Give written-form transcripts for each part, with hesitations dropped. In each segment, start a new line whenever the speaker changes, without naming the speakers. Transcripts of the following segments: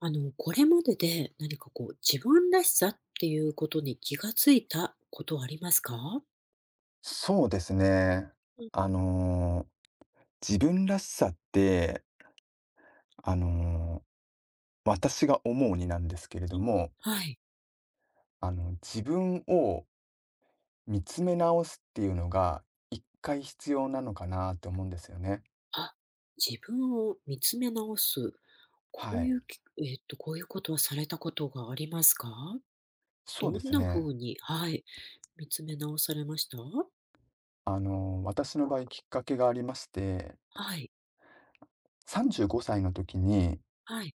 これまでで何かこう、自分らしさっていうことに気がついたことありますか？
そうですね。
うん
あの、自分らしさって、あの、私が思うになんですけれ
う
ど
ん。
も、
はい。
自分を見つめ直すっていうのが一回必要なのかなって思うんですよね。
あ、自分を見つめ直す。こ
は
うい
い。
うきえっと、こういうことはされたことがありますか？
そうで
どん
す
な
ね。
風に、はい、見つめ直されました？
私の場合きっかけがありまして、
はい、
35歳の時に、
はい。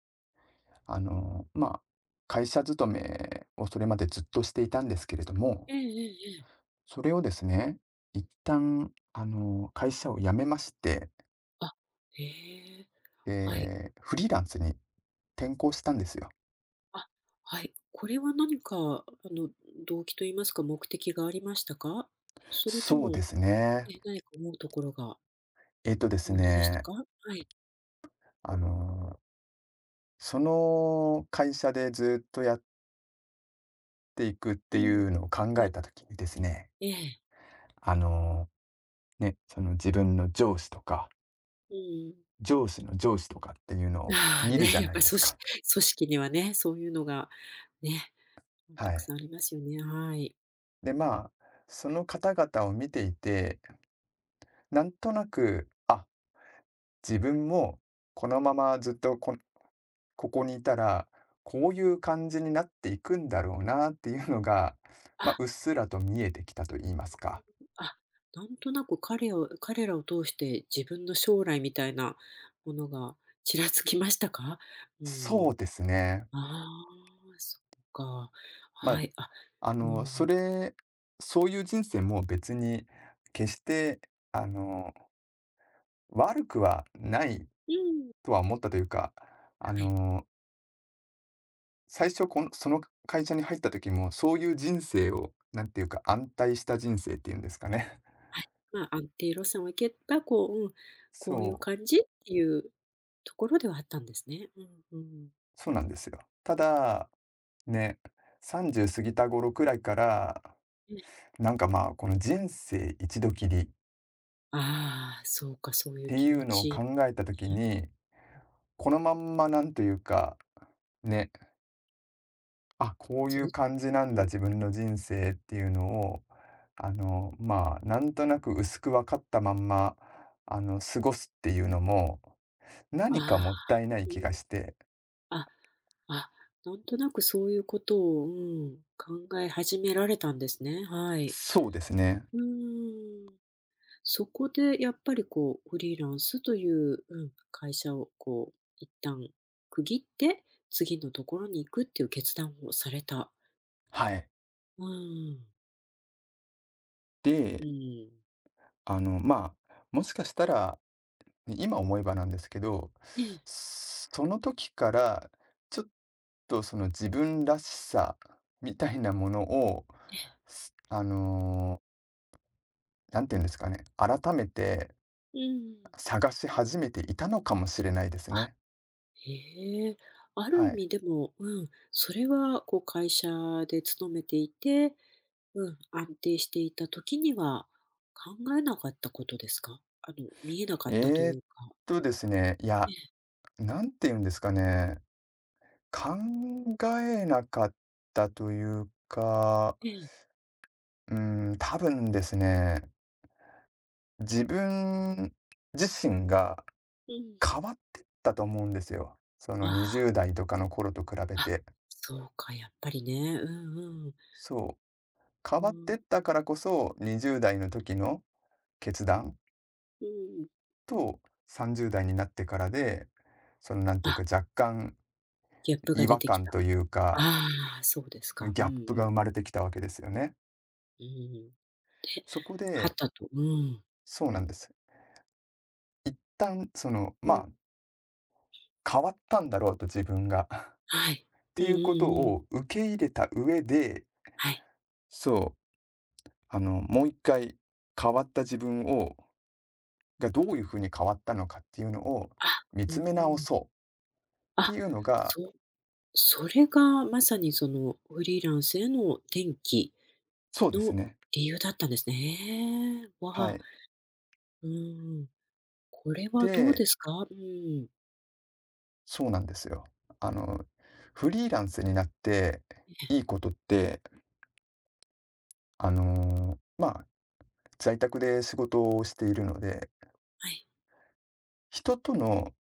まあ、会社勤めをそれまでずっとしていたんですけれども、
ええええええ。
それをですね、一旦、会社を辞めまして、
あ、へえ、はい。
で、フリーランスに転向したんですよ。
あ、はい。これは何かあの、動機と言いますか、目的がありましたか？それと
そうで
も
すね。
何か思うところが
えっとです
おありでした
ね、
か？はい。
あの、その会社でずっとやっていくっ
う
てい
ん。
うのを考
はい、
えた時にですね、
ええ。
あの、ね、その自分の上司とか、
うん。
上司の上司とかっていうのを
ああ、
見るじ
ね、
ゃ
やっ
な
ぱ
い
り
です
組
か。
織組織にはね、そういうのがね、
は
たく
い。
さんありますよね。はい。
で、まあ、その方々を見ていて、なんとなく、あ、自分もこのままずっとここにいたら、こういう感じになっていくんだろうなっていうのが、ま
あ、
あ、うっすらと見えてきたと言いますか。
あ、なんとなく彼らを通して自分の将来みたいなものがちらつきましたか？う
そ
ん。
うですね。
ああ、そっか。
まあ、
はい、あ、
あ
う
の、そ
ん。
れそういう人生も別に決して、あの、悪くはない
うん。
とは思ったというか、あ
はい。
の、最初その会社に入った時も、そういう人生を、なんていうか、安泰した人生っていうんですかね。
まあ、安定路線を行けば、こう、うん、
そ
こういう
う。
感じっていうところではあったんですね。うんうん。
そうなんですよ。ただ、ね、30過ぎた頃くらいから、
ええ。
なんかまあ、この人生一度きりっ
ああ、そうか、そういう
て
気
い
持
うのを
ち、
考えた時
ね、
に、このまんまなんというか、ね、あ、こう
ず
い
っ
う感じなん
う
だ
ん、
自分の人生っていうのを、まあ、なんとなく薄く分かったまんま、過ごすっていうのも、何か
ああ、
もったいない
うん、
気がして。
あ、あ、なんとなくそういうことを、うん、考え始められたんですね。はい。
そうですね。
うーん。そこでやっぱりこう、フリーランスという、うん、会社をこう、一旦区切って、次のところに行くっていう決断をされた、
はい。
うん。う
で、
ん。
まあ、もしかしたら、で、今思えばなんですけど、
ええ、ええ、
その時から、ちょっとその自分らしさみたいなものを、すあの、なんて言うんですかね、改めて
うん。
探し始めていたのかもしれないですね。
へえ。ある
は
意
い。
味でも、うん、それはこう会社で勤めていて、うん、安定していた時には考えなかったことですか？見えなかったと
え
い
ーっ
うか。
ですね、い
え
や、
え、
なんて言うんですかね、考えなかったというか、
ええ。
うん、多分ですね、自分自身が
うん。
変わってったと思うんですよ。その20
あ
代とかの頃と比べ
あ、あ、
て。
そうか、やっぱりね。うんうん。
そう。変
う
わって
ん。
ったからこそ、20代の時の決断
うん。
と、30代になってからで、そのなんてい
あ、
うか、若干
ギャップが
違
出
和
てき
感
た。
というか、
ああ、そうですか。う
ギ
ん
ャ
う
ップが
ん。
生まれてきたわけですよね。
うん。で、
そこ
は
で、
たと、うん。
そうなんです。一旦その、
う
ま
ん、
あ、変わったんだろうと自分が。っ
はい。
て
うん
い
う
うこと
んうん。
を受け入れた上で、
はい。
そう、もう一回変わった自分をがどういうふうに変わったのかっていうのを
あ、
見
うー
つめ直
ん。
そうって
あ、
いうのが、
そそれがまさにそのフリーランスへの転機
そうです
の
ね、
理由だったんですね。
は
わあ、
い。
うーん。これはどう
で、
ですか？うん。
そうなんですよ。あの、フリーランスになって
ええ、
いいことって、まあ、在宅で仕事をしているので、
はい。
人との、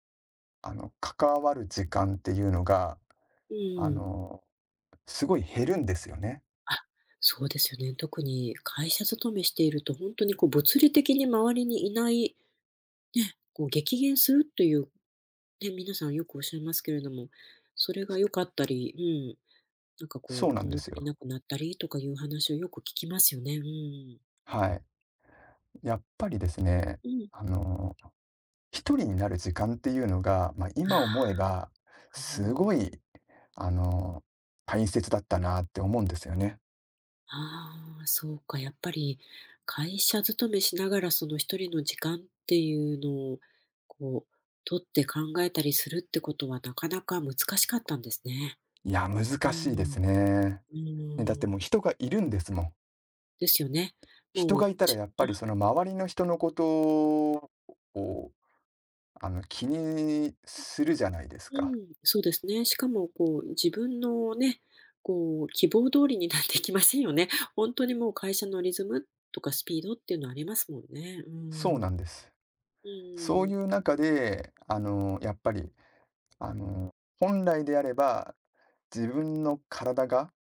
関わる時間っていうのが、
う
あ
ん。
の、すごい減るんですよね。
あ、そうですよね。特に会社勤めしていると本当にこう物理的に周りにいない、ね、こう激減するという、ね、皆さんよくおっしゃいますけれども、それが良かったり、うん、なんか
そ
こ
う
う、
なんで
物足
す
り
よ。
なくなったりとかいう話をよく聞きますよね。うん。
はい。やっぱりですね、
うん。
あの一人になる時間っていうのが、まあ、今
あ
思えば、
あ、う
すご
ん。
い、あの、大切だったなって思うんですよね。
ああ、そうか。やっぱり会社勤めしながらその一人の時間っていうのを、こう、取って考えたりするってことはなかなか難しかったんですね。
いや、
う
難しいです
ん。
ね。
う
ね、だってもう
ん。
人がいるんですもん。
ですよね。
人
も
が
う、
いたらやっぱりその周りの人のことを、気にするじゃないです
う
か。
ん、そうですね。しかもこう、自分のね、こう、希望通りになってきませんよね。本当にもう会社のリズムとかスピードっていうのありますもんね。う
そう
ん。
なんです。
う
そう
ん。
いう中で、やっぱりあの、本来であれば、自分の体が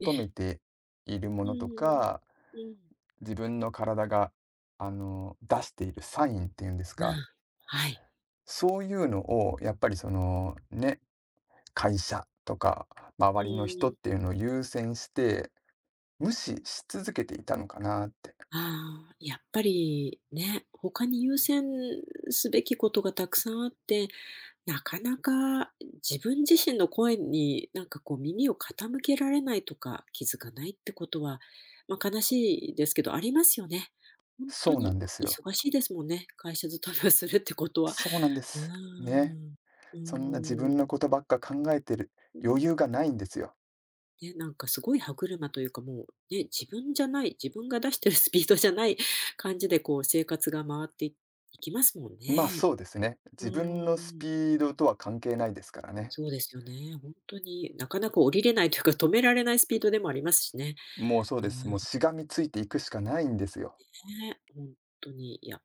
え
め
え。
ているも
う
のと
ん
か、
うんうん。
自分の体が、出しているサインっていうんですか、
はい。
そういうのをやっぱりその、ね、会社とか
う
周りの人っ
ん。
ていうのを優先して、無視し続けていたのかなって。
ああ、やっぱりね、他に優先すべきことがたくさんあって、なかなか自分自身の声になんかこう耳を傾けられないとか気づかないってことは、まあ、悲しいですけどありますよね。本当
そうな
に
んですよ。
忙しいですもんね、会社勤めをするってことは。
そうなんで
うー
す。ね。
ん。う
そんな自分
ーん。
のことばっか考えてる
うん。
余裕がないんですよ。
ね、なんかすごい歯車というかもう、ね、自分じゃない、自分が出してるスピードじゃない感じでこう生活が回っていいきますもん
まあ、
ね。
そうですね。
う
自分の
ー
ス
ん。
ピードとは関係ないですからね。
そうですよね。本当になかなか降りれないというか、止められないスピードでもありますしね。
もうそう
う
です。
ん、
もうしがみついていくしかないんですよ。
ね、本当に、いや、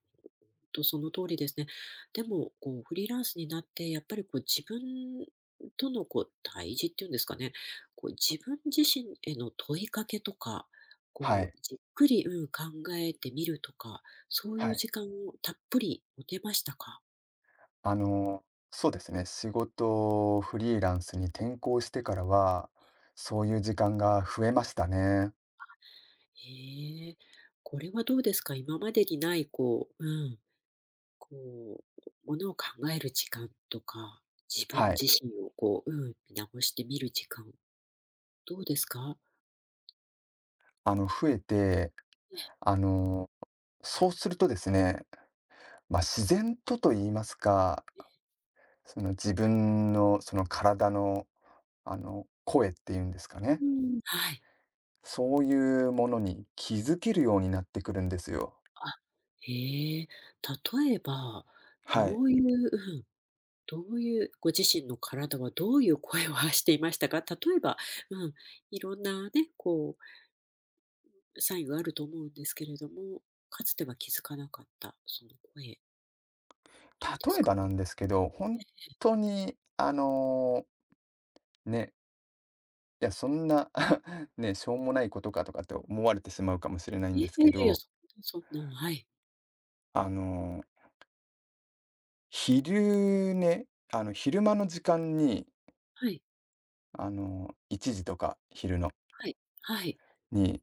その通りですね。でも、こうフリーランスになって、やっぱりこう自分とのこう対峙っていうんですかね、こう自分自身への問いかけとか、
は
こ
い。
うじっくり、うん、考えてみるとか、そうい
は
う
い。
時間をたっぷり持てましたか？
あの、そうですね。仕事をフリーランスに転向してからは、そういう時間が増えましたね。
へえ、これはどうですか？今までにないこう、うん。こう、ものを考える時間とか、自分
は
自
い。
身をこう、うん、見直してみる時間、どうですか？
増えて、
ええ。
あの、そうするとですね、まあ、自然とと言いますか、その自分のその体の、声っていうんですかね。
うん。はい。
そういうものに気づけるようになってくるんですよ。
あ、へえ。例えば、
はい。
どういう、うん、どういうご自身の体はどういう声を発していましたか？例えば、うん、いろんなね、こう、サインがあると思うんですけれども、かつては気づかなかった、その声、どうです
例え
か？
ばなんですけど、本
え、
当に、ね、いや、そんな ね、しょうもないことかとかって思われてしまうかもしれないん
え
で
え、
す
い
け
やいや、
ど、
そんなそんな、はい。
あの、昼寝、昼間の時間に、
はい、
1時とか昼の
はい、はい。
に、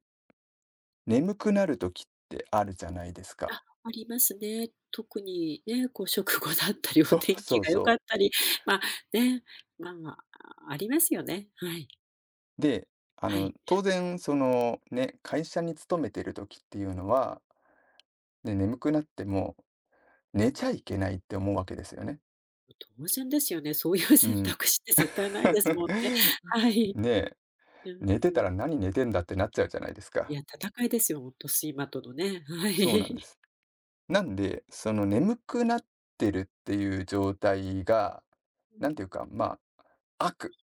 眠くなる時ってあるじゃないですか。
あ、ありますね。特にね、こう食後だったり、お
そう
天
そ
気
う
が良か
そ
っ
う。
たり、ま、ね、まあ、ありますよね。はい、
で、
はい。
当然その、ね、会社に勤めてる時っていうのは、ね、眠くなっても寝ちゃいけないって思うわけですよね。
当然ですよね。そういう
う
選
ん。
択肢って絶対ないですもんね。はい。
ねえ、
う
寝てた
ん。
ら「何寝てんだ」ってなっちゃうじゃないです
い
か。
や、戦いですよ、ほんと睡魔とのね。は
そうなんで
い。
す。なんで、その眠くなってるっていう状態が、
うん。
なんていうか、まあ、悪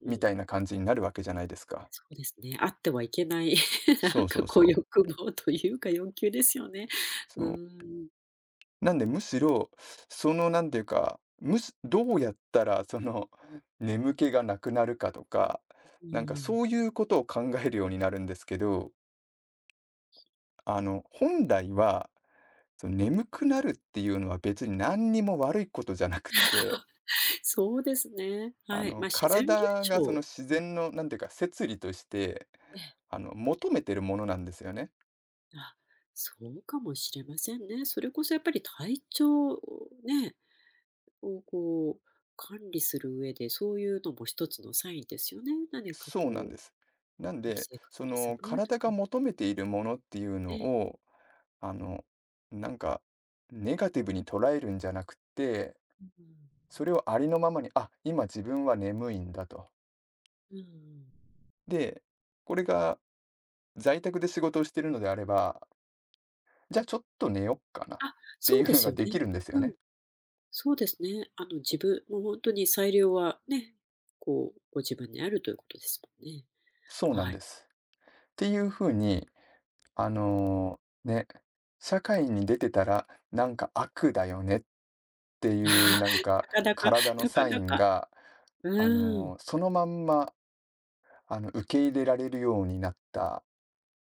う
み
ん、
たいな感じになるわけじゃないですか。
そうですね。あってはいけない、な
そ
ん
うそ
か
うそ
こう
う。
欲望というか欲求ですよね。
そ
う
う。
ん、
なんで、むしろ、その、なんていうか、どうやったら、その、眠気がなくなるかとか、
う
なんか
ん。
そういうことを考えるようになるんですけど、本来は、その眠くなるっていうのは別に何にも悪いことじゃなくって、
そうですね。はい、ま、自然現
体がそ
象、
の自然の、なんていうか、摂理として、
ええ、
求めてるものなんですよね。
あ、そうかもしれませんね。それこそやっぱり体調をね、を、こう、管理する上で、そういうのも一つのサインですよね。何か
そう
こ
なん
う、
です。な
やっ
ん
ぱり
で、
生活
そ
リズ
の
ムと
体
か
が
ね。
求めているものっていうのを、あの、なんかネガティブに捉えるんじゃなくて、それをありのままに、あ、今自分は眠いんだと。
うんうん、
で、これが在宅で仕事をしてるのであれば、じゃあちょっと寝よっかなっ
あ、
て
そ
い
う
う
で
の
す
が
よ
でき
ね。
るんですよ
うん、
ね。
そうですね。自分もう本当に裁量はね、こう、ご自分にあるということですもんね。
そうなん
は
で
い。
す。ていう風に、ね、社会に出てたら、なんか悪だよねっていうなん か
たかだか
体の
たか
サイ
だ
ン
か、
が、
うーん。
そのまんま、受け入れられるようになったっ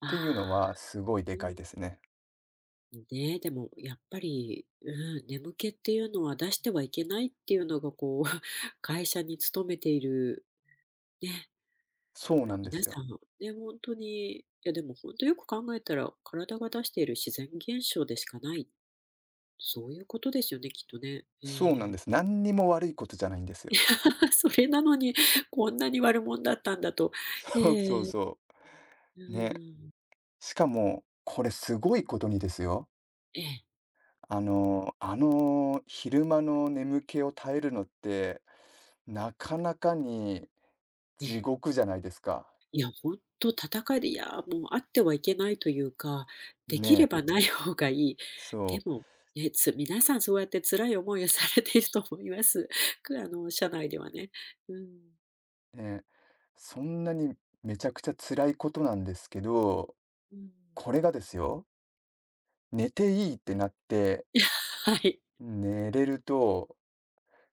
あ
ていうのはすごい
あ、
で
う
か
ん。
いですね。
ねえ、でもやっぱり、うん、眠気っていうのは出してはいけないっていうのがこう 会社に勤めている、ね、
そう
ま
な
あ、
んです
皆さ
よ。
んね、本当に、いやでも本当よく考えたら体が出している自然現象でしかない。そういうことですよね、きっとね。え
そうなんで
え
す。何にも悪いことじゃないんですよ。
それなのに、こんなに悪者だったんだと。
そうそう
ええ、
そ
う
う。ね。
ん、
しかも、これすごいことにですよ。
ええ
昼間の眠気を耐えるのって、なかなかに
え
地
え、
獄じゃないですか。
いや、ほんと戦いで、いや、もうあってはいけないというか、できれ
ね、
ばない方がいい。で
そう。
も、ね、皆さんそうやって辛い思いをされていると思います。くあの、社内ではね。うん。
ね、そんなにめちゃくちゃ辛いことなんですけど、
うん。
これがですよ、寝ていいってなって、
はい。
寝れると、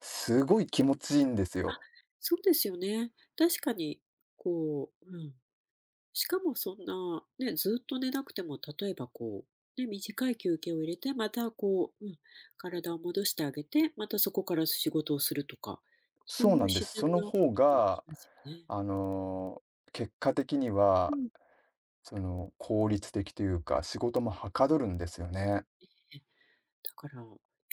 すごい気持ちいいんです
あ、
よ。
そうですよね。確かに、こう、うん。しかもそんな、ね、ずっと寝なくても、例えばこう、ね、短い休憩を入れて、またこう、うん、体を戻してあげて、またそこから仕事をするとか、そう
そう
いう
なんで
自
す。
然
その
なこ
方
ともでき
が、
ますよね。
あの、結果的に
う
は、
ん。
その、効率的というか、仕事もはかどるんですよね。
え、だから、や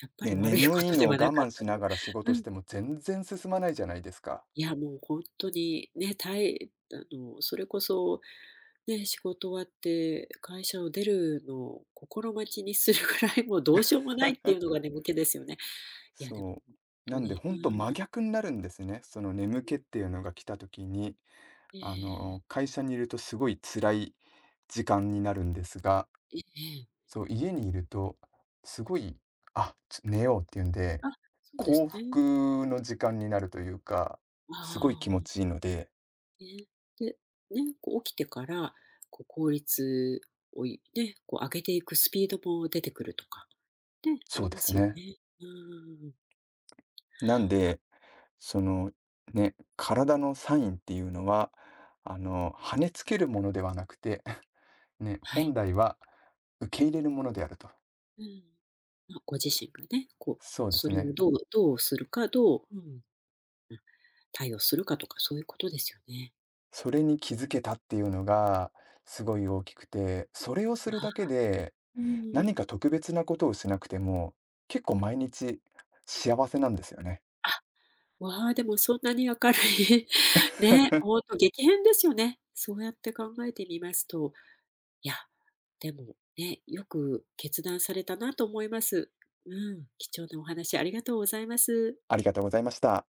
っぱ
ね、
り悪い
眠
こ
い
と
の
で
を我
はなかっ
慢し
た
な
と。
がら仕
う
事し
ん。
ても全然進まないじゃないですか。
いや、もう本当にね、たいあの、それこそ、ね、仕事終わって会社を出るのを心待ちにするぐらい、もうどうしようもないってい うのが眠気ですよね。いや、でも
そ
本
う。
当
なんで
に、う
ほ
ー
んと真
ん。
逆になるんですね。その眠気っていうのが来た時に、
ええええ。
会社にいるとすごい辛い時間になるんですが、
ええ、
そう、家にいるとすごい、あ、寝ようっていうんで、
あ、そうで
幸
すね。
福の時間になるというか、すごい気
あ
持
あ、
ちいいので、
ね。で、ね、こう起きてから、こう効率を、ね、こう上げていくスピードも出てくるとか、ね、あ
そう
り
で
ま
す
すよ
ね。
ね。うんん、
なんでそのね、体のサインっていうのは、跳ねつけるものではなくて、ね、
は
本
い。
来は受け入れるものであると。
うん。ま、ご自身がね、こう、
そうで
そ
す
れを
ね。
どうするか、うん、うん、対応するかとか、そういうことですよね。
それに気づけたっていうのがすごい大きくて、それをするだ
あ、
けで、
うう
何
ん。
か特別なことをしなくても、結構毎日幸せなんですよね。
あわあ、でもそんなに明るい ね、ほ んと激変ですよね。そうやって考えてみますと、いや、でもね、よく決断されたなと思います。うん、貴重なお話ありがとうございます。
ありがとうございました。